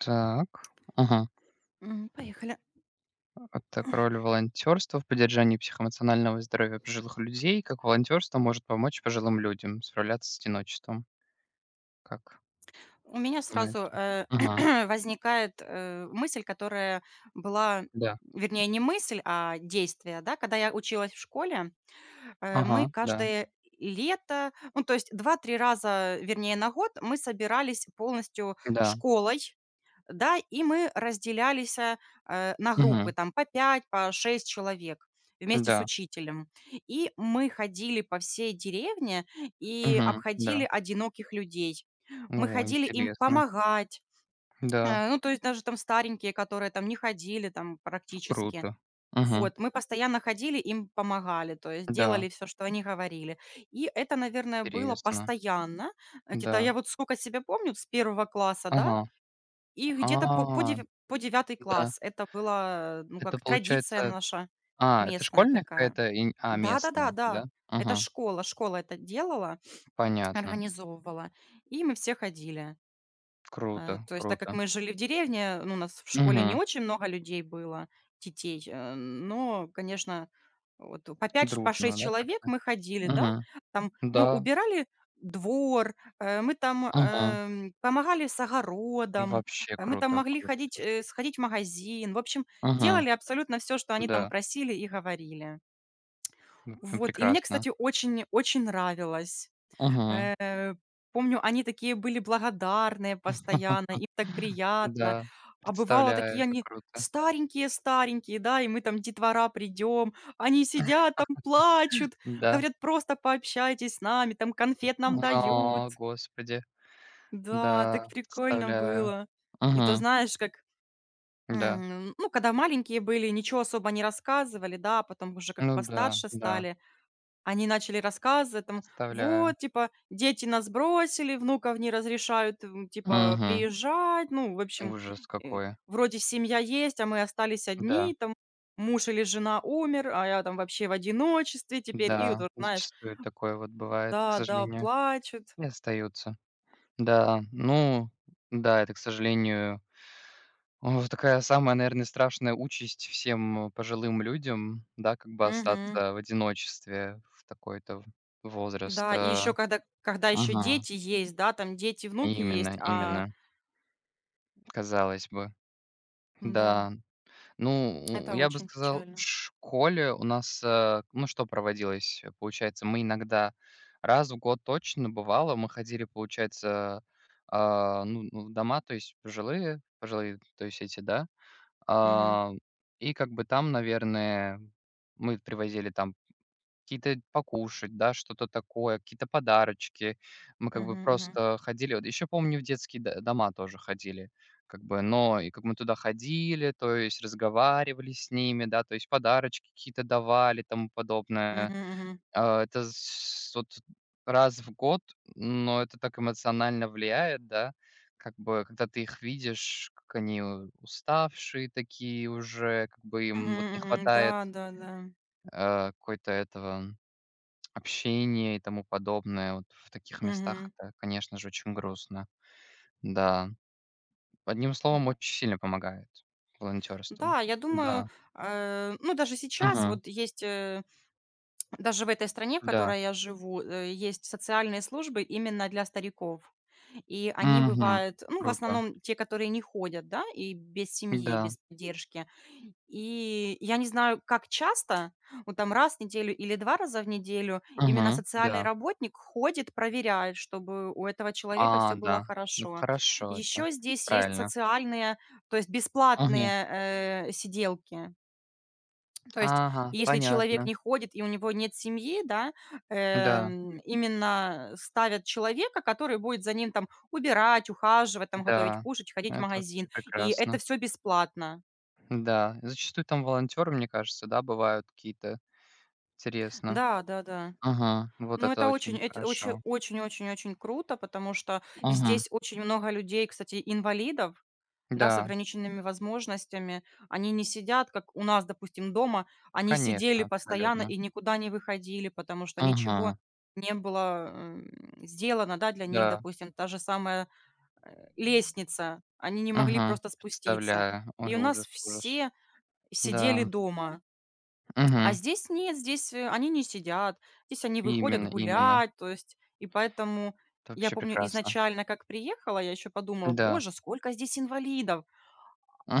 Так. Ага. Мгм. Поехали. Вот так, роль волонтерства в поддержании психоэмоционального здоровья пожилых людей, как волонтерство может помочь пожилым людям справляться с одиночеством? Как У меня сразу, думаете? Ага, возникает, мысль, которая была, да. вернее, не мысль, а действие, да. Когда я училась в школе, мы Ага, да. каждое лето, ну, то есть два-три раза, вернее, на год мы собирались полностью Да. школой. Да, и мы разделялись на группы, Мгм. там по 5, по 6 человек вместе с Да. учителем. И мы ходили по всей деревне и Мгм. обходили Да. одиноких людей. Мы Ну ходили им интересно. помогать. Да, Ну, то есть даже там старенькие, которые там не ходили там практически. круто. Мгм. Вот, мы постоянно ходили, им помогали, то есть Да, делали все, что они говорили. И это, наверное, было интересно. постоянно. Это я Да. вот сколько себя помню, с первого класса, да, Ага. и где-то по по А, девя по девятый да. класс. Это была, ну, Это как традиция получается наша это местная школьная такая. какая-то Да-да-да, да, да, местная, да? да. Это Ага, школа это делала, понятно. организовывала, и мы все ходили. Круто, То есть так как круто. мы жили в деревне, ну, у нас в школе не Мгм. очень много людей было, детей, но, конечно, вот по 5, по 6 Дружно, да, человек как-то? мы ходили, да, Мгм. там мы Да. убирали двор, мы там Мгм. Помогали с огородом, Вообще мы там круто, могли круто, ходить, слушай. сходить в магазин, в общем, Мгм. делали абсолютно все, что они там Да. просили и говорили. М, п Вот, и мне, прекрасно. кстати, очень-очень нравилось. Мгм. Э, Помню, они такие были благодарные постоянно, им так приятно. Да, А бывало, такие представляю, как они круто. старенькие-старенькие, да, и мы там, детвора, придем, они сидят там, плачут, Да. говорят: "Просто пообщайтесь с нами", там конфет нам дают. О, господи. Да, так Да, прикольно представляю. было. И то, Мгм. знаешь, как, Да. Ну, когда маленькие были, ничего особо не рассказывали, да, а потом уже как Ну да, постарше да, стали, они начали рассказывать там: представляю. "Вот, типа, дети нас бросили, внуков не разрешают, типа, Угу. приезжать". Ну, в общем, Ужас э, какой. вроде семья есть, а мы остались Да, одни, там муж или жена умер, а я там вообще в одиночестве теперь. И вот, да, вот знаешь, зачастую такое вот бывает, к да-да, сожалению, плачут. и остаются. Да, ну да, это, к сожалению, о, такая самая, наверное, страшная участь всем пожилым людям, да, как бы Мгм. остаться в одиночестве в такой-то возраст. Да, и еще А, когда еще мгм. дети есть, да, там дети, внуки есть, Именно, а, именно, казалось бы. да, Да, ну, это я бы очень сказал, в печально. школе у нас, ну, что проводилось, получается, мы иногда раз в год точно бывало, мы ходили, получается, ну, в дома, то есть пожилые, то есть эти, да, Мгм. а, и как бы там, наверное, мы привозили там какие-то покушать, да, что-то такое, какие-то подарочки. Мы как бы Мгм, мгм. просто ходили. Вот еще помню, в детские дома тоже ходили. Как бы, но и как мы туда ходили, то есть разговаривали с ними, да, то есть подарочки какие-то давали, тому Мгм, подобное. мгм. А, это с вот раз в год, но это так эмоционально влияет, да. Как бы, когда ты их видишь, как они у уставшие такие уже, как бы им Мгм, вот не мгм. Да, хватает, да, да. Какой-то этого общения и тому подобное. Вот в таких местах Мгм. это, конечно же, очень грустно. Да. Одним словом, Да. очень сильно помогает волонтёрство. Да, я думаю, Да. Ну, даже сейчас Мгм. вот есть, даже в этой стране, в Да. которой я живу, есть социальные службы именно для стариков. И они Мгм. бывают, ну, в Круто. основном те, которые не ходят, да, и без семьи, Да. без поддержки. И я не знаю, как часто, ну, там раз в неделю или 2 раза в неделю именно Мгм. социальный Да. работник ходит, проверяет, чтобы у этого человека все А, было да. Ну, хорошо. хорошо, это Еще здесь есть правильно. социальные, то есть Мгм. бесплатные, сиделки. То есть Ага, если человек понятно. не ходит и у него нет семьи, да, Да, именно ставят человека, который будет за ним там убирать, ухаживать, там готовить да. кушать, ходить в Это магазин. вообще И это прекрасно. все бесплатно. Да, зачастую там волонтеры, мне кажется, да, бывают какие-то. Интересно. Да, да-да. Ага. Вот Ну, это это очень, очень эт очень, хорошо. очень-очень-очень круто, потому что Мгм. здесь очень много людей, кстати, инвалидов, да, с Да, ограниченными возможностями. Они не сидят, как у нас, допустим, дома, они сидели конечно, постоянно абсолютно. и никуда не выходили, потому что ничего Мгм. не было, сделано, да, для них, Да. допустим, та же самая, лестница, они не могли Мгм. просто спуститься. Представляю. Ой, И у нас ужас, ужас. все сидели Да. дома. А Мгм. здесь нет, здесь, они не сидят, здесь они выходят Именно, именно. гулять, то есть, и поэтому Это я вообще помню, прекрасно. изначально, как приехала, я еще подумала: Да. "Боже, сколько здесь инвалидов!"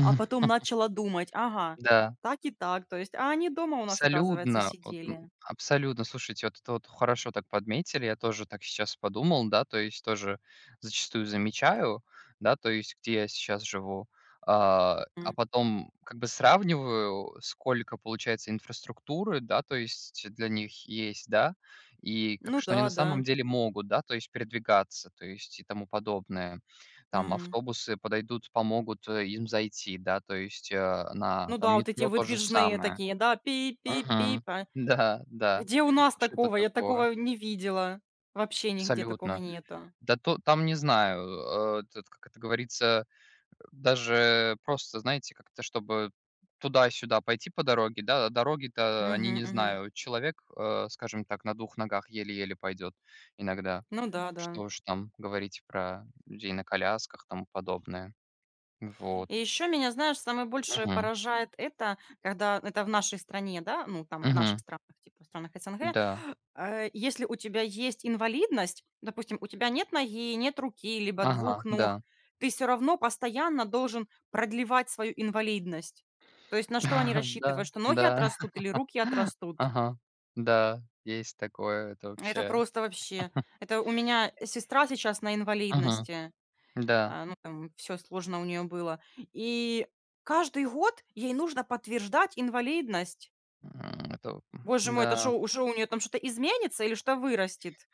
А потом начала думать: "Ага, Да. так и так, то есть, а они дома у нас, оказывается, Абсолютно, вот, сидели". абсолютно. Слушайте, вот это вот хорошо так подметили. Я тоже так сейчас подумал, да, то есть тоже зачастую замечаю, да, то есть где я сейчас живу, а М. потом как бы сравниваю, сколько получается инфраструктуры, да, то есть для них есть, да, и как Ну что да, они на да. самом деле могут, да, то есть передвигаться, то есть и тому подобное. Там Мгм. автобусы подойдут, помогут, им зайти, да, то есть, на Ну там да, вот эти метро то же выдвижные самое. такие, да, пип-пип-пип, Мгм. а. Да, да. Где у нас Что-то такого? Я такое. такого не видела. Вообще нигде такого Абсолютно. нету. Да то там не знаю, этот, как это говорится, даже просто, знаете, как-то чтобы туда-сюда пойти по дороге, да, а дороги-то они Мгм, не мгм. знаю. Человек, скажем так, на двух ногах еле-еле пойдет иногда. Ну да, да. Что уж там говорить про людей на колясках, тому подобное. И Вот. еще меня, знаешь, самое больше Мгм. поражает это, когда это в нашей стране, да, ну, там, в наших Мгм. странах, типа в странах СНГ, Да. Если у тебя есть инвалидность, допустим, у тебя нет ноги, нет руки, либо Ага, двух ног, да. ты все равно постоянно должен продлевать свою инвалидность. То есть на что они рассчитывают, Да, что ноги да. отрастут или руки отрастут? Ага. Да, есть такое. Это Это вообще просто вообще. Это у меня сестра сейчас на ага. инвалидности. Да. А, ну, там всё сложно у нее было. И каждый год ей нужно подтверждать инвалидность. Это Боже мой, это да. шо, шо у нее там что-то изменится или что вырастет?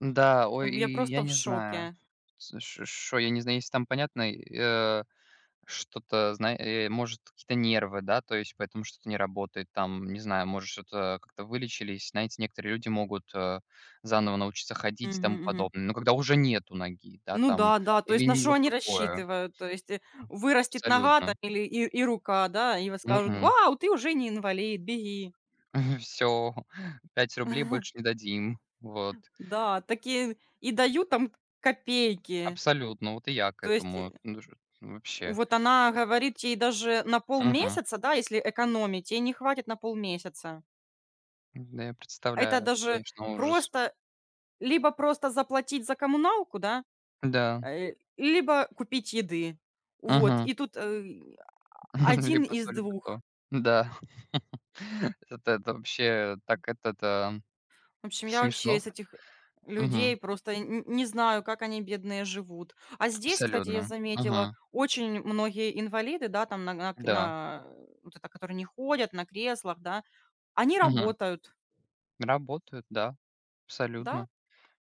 Да, ой, М, я и я просто в не знаю, шоке. что я не знаю, если там, понятно, что-то, может, какие-то нервы, да, то есть поэтому что-то не работает, там, не знаю, может, что-то как-то вылечились. Знаете, некоторые люди могут, заново научиться ходить и Мгм, тому мгм. подобное. Но когда уже нету ноги, да, Ну там, да, да, то или есть на не что вот они такое. рассчитывают? То есть, вырастет нога там Абсолютно. или рука, да, и вот скажут: "Вау, ты уже не инвалид, беги". Все, 5 рублей больше не дадим. Вот. Да, такие и дают там копейки. Абсолютно, вот и я к То есть э, этому. Ну ж вообще. Вот она говорит, ей даже на Мгм. полмесяца, да, если экономить, ей не хватит на полмесяца. Да, я Это представляю, это, даже конечно, ужас. просто либо просто заплатить за коммуналку, да, Да. Либо купить еды. Вот, Мгм. и тут, 1 Либо из то, либо двух. то. Да. Это вообще так, это В общем, я вообще смешно. из этих Мгм. людей просто н не знаю, как они, бедные, живут. А здесь, кстати, я Абсолютно. заметила, Мгм. очень многие инвалиды, да, там Да. на вот это, которые не ходят, на креслах, да, они Мгм. работают, Работают, да, да. абсолютно.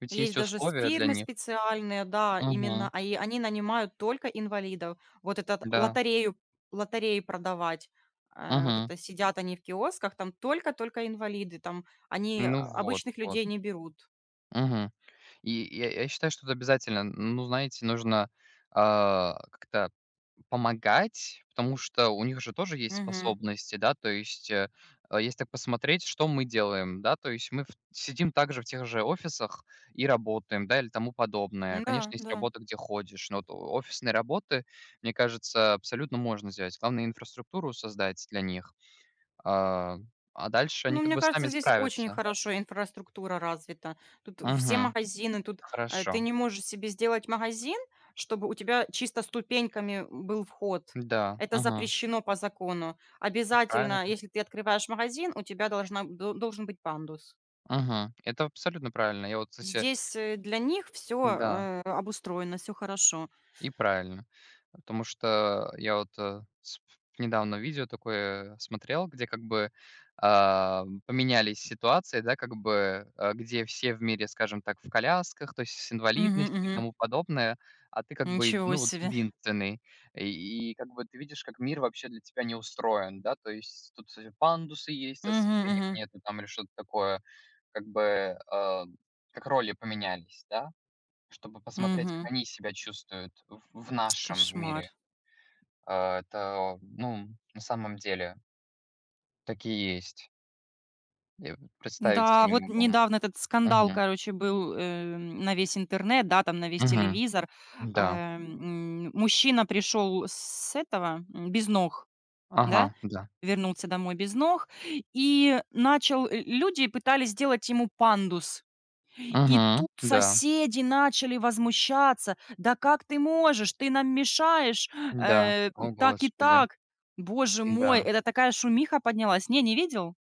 Ведь есть Есть даже с условия для фирмы них. специальные, да, именно, Мгм. а и они нанимают только инвалидов. Вот этот Да. лотерею лотереи продавать, вот Мгм. это сидят они в киосках, там только-только инвалиды, там они, а, Ну вот, обычных вот. людей не берут. Мгм. И я считаю, что это обязательно, ну, знаете, нужно, как-то помогать, потому что у них же тоже есть Мгм. способности, да. То есть, если так посмотреть, что мы делаем, да, то есть мы в сидим также в тех же офисах и работаем, да, или тому подобное. Да, Конечно, есть да. работа, где ходишь, но вот о офисные работы, мне кажется, абсолютно можно сделать. Главное инфраструктуру создать для них, а, а дальше они Ну, как мне бы кажется, сами здесь очень справятся. хорошо инфраструктура развита. Тут все Мгм. магазины, тут ты Хорошо. не можешь себе сделать магазин, чтобы у тебя чисто ступеньками был вход. Да, Это мгм. запрещено по закону. Обязательно, Правильно. если ты открываешь магазин, у тебя должен быть пандус. Мгм. Это абсолютно правильно. Я вот, кстати, Здесь для них да, все обустроено, все хорошо. и правильно. Потому что я вот недавно видео такое смотрел, где как бы поменялись ситуации, да, как бы, где все в мире, скажем так, в колясках, то есть с Мгм, инвалидностью и мгм. тому подобное, а ты как бы, Ничего ну, вот себе. единственный. И как бы ты видишь, как мир вообще для тебя не устроен, да, то есть тут пандусы есть, а Мгм, ступенек мгм, нету там или что-то такое, как бы... как роли поменялись, да, чтобы посмотреть, мгм. как они себя чувствуют в нашем Кошмар. мире. А, это, ну, на самом деле, такие есть. Я вот представить Да, себе не вот могу. недавно этот скандал, Мгм. короче, был, на весь интернет, да, там на весь Мгм. телевизор. Да. Мужчина пришел с этого, без ног, да, Ага, да. вернулся домой без ног и начал люди пытались сделать ему пандус. И Угу. тут Да. соседи начали возмущаться: "Да как ты можешь? Ты нам мешаешь, Да. э, О, так и господи. так". Боже мой, Да. это такая шумиха поднялась. Не, не видел?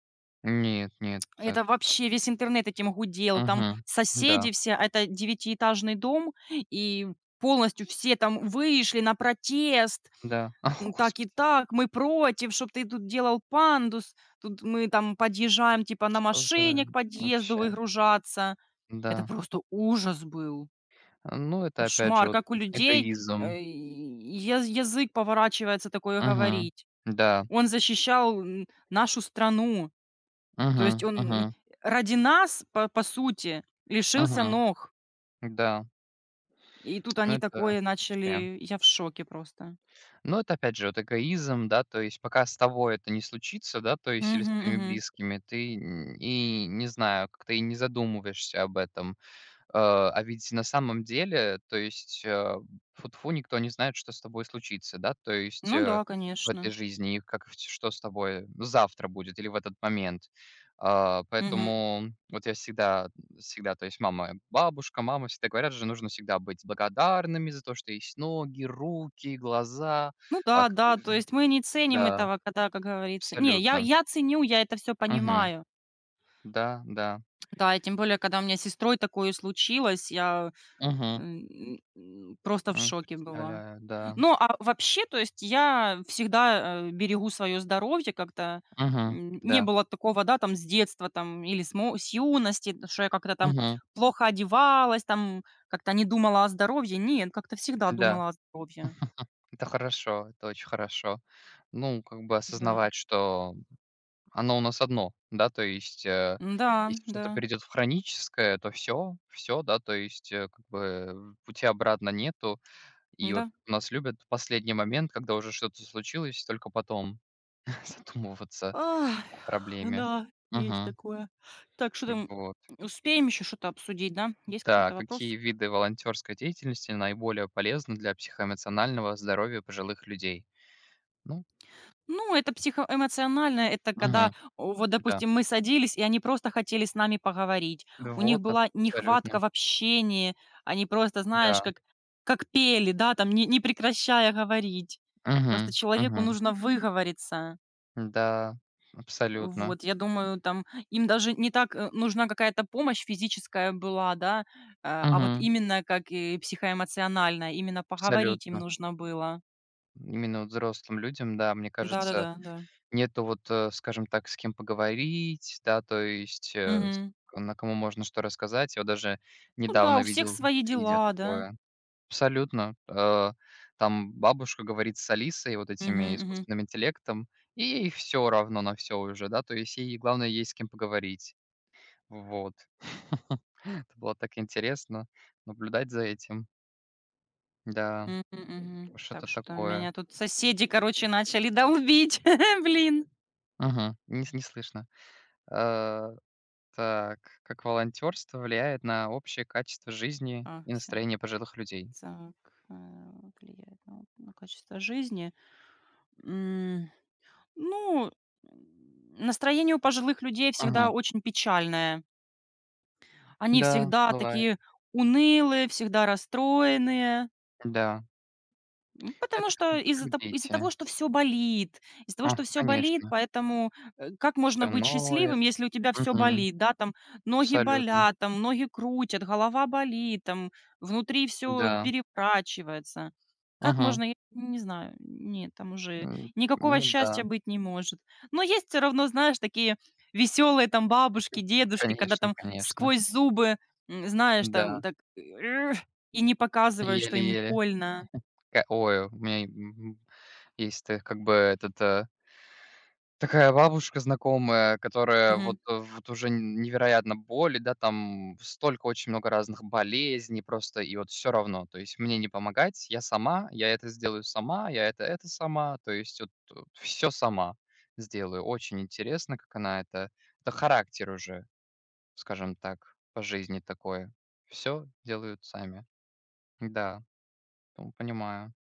Нет, нет. эт Это вообще весь интернет этим гудел. Там Мгм. соседи Да, все, а это девятиэтажный дом, и полностью все там вышли на протест. да. О, М, так и господи, так, мы против, чтоб ты тут делал пандус. Тут мы там подъезжаем типа на что машине за к подъезду вообще? выгружаться. Это Да. просто ужас был. Ну, это опять же Кошмар, вот как у людей эгоизм. Язык поворачивается такое Угу. говорить. Да. Он защищал нашу страну. То Угу. есть он, Угу. ради нас, по сути, лишился Угу. ног. Да. И тут Ну, они это такое вообще. начали, я в шоке просто. Ну, это опять же вот эгоизм, да, то есть пока с тобой это не случится, да, то есть или с Мгм, твоими мгм. близкими, ты н и не знаю, как-то и не задумываешься об этом. А ведь на самом деле, то есть, тфу-тфу, никто не знает, что с тобой случится, да, то есть, Ну да, в этой конечно. жизни, и как, всь что с тобой завтра будет или в этот момент. А, Мгм. поэтому вот я всегда всегда, то есть мама, бабушка, мама всегда говорят же, нужно всегда быть благодарными за то, что есть ноги, руки, глаза. Ну А, да, к да, то есть мы не ценим да, этого, когда, как говорится. Не, я абсолютно. я ценю, я это все Мгм. понимаю. Да, да. Да, и тем более, когда у меня с сестрой такое случилось, я, э, Мгм. Просто в шоке была. Представляю, да. Ну, а вообще, то есть я всегда, берегу свое здоровье как-то. Мгм. М, не Да. было такого, да, там с детства там или с юности, что я как-то там Мгм. плохо одевалась, там как-то не думала о здоровье. Нет, как-то всегда Да. думала о здоровье. Это хорошо, это очень хорошо. Ну, как бы Да. осознавать, что оно у нас одно, да, то есть, Да, если да, что-то перейдет в хроническое, то все, все, да, то есть, как бы пути обратно нету. И вот да. у нас любят последний момент, когда уже что-то случилось, только потом задумываться Ай, о проблеме. да, есть Мгм. такое. Так, что там, Вот. успеем еще что-то обсудить, да? Есть Да, какой-то вопрос? какие виды волонтерской деятельности наиболее полезны для психоэмоционального здоровья пожилых людей? Ну, Ну, это психоэмоционально, это когда, мгм, о, вот, да. допустим, мы садились, и они просто хотели с нами поговорить. У них Вот, была нехватка абсолютно. в общении, они просто, знаешь, Да. Как пели, да, там, не, не прекращая говорить. Просто Мгм. человеку Мгм. нужно выговориться. Да, абсолютно. Вот, я думаю, там, им даже не так нужна какая-то помощь физическая была, да, а вот Мгм. именно как и психоэмоциональная, именно поговорить им Абсолютно. нужно было. Именно вот взрослым людям, да, мне кажется, Да-да-да, да. нету вот, скажем так, с кем поговорить, да, то есть, с Мгм. на кому можно что рассказать. Я вот даже Ну да, у недавно всех видел свои видео дела, да. такое. Абсолютно. Там бабушка говорит с Алисой, вот Мгм, этими мгм. искусственным интеллектом, и ей все равно на все уже, да, то есть ей главное есть с кем поговорить. Вот. Это было так интересно наблюдать за этим. Да, Мгм, мгм. Так, что-то что-то такое. меня тут соседи, короче, начали долбить. Блин. Мгм. Не слышно. Э, так, как волонтерство влияет на общее качество жизни А, и всё. настроение пожилых людей? Так, э, влияет на качество жизни. М, ну, м, настроение у пожилых людей всегда Мгм. очень печальное. Они Да, всегда бывает. такие унылые, всегда расстроенные. Да. М, потому Это как что как из-за того, дети. что все болит, из-за того, что А, все болит, конечно. поэтому, как можно Все, быть ноет. счастливым, если у тебя все Мгм. болит, да, там ноги Абсолютно. болят, там ноги крутят, голова болит, там внутри все Да. переворачивается. Как Мгм. можно, я не знаю, нет, там уже никакого Ну да, счастья быть не может. Но есть все равно, знаешь, такие веселые там бабушки, дедушки, когда конечно, там конечно. сквозь зубы, знаешь, там Да, так и не показывают, что им еле-еле. больно. Такая: "Ой, у меня, есть, как бы этот, такая бабушка знакомая, которая Мгм. вот, вот уже н невероятно болит, да, там столько, очень много разных болезней просто, и вот все равно. То есть мне не помогать, я сама, я это сделаю сама, я это сама". То есть вот вот сама сделаю. Очень интересно, как она это. Это характер уже, скажем так, по жизни такое, все делают сами. Да, ну, понимаю.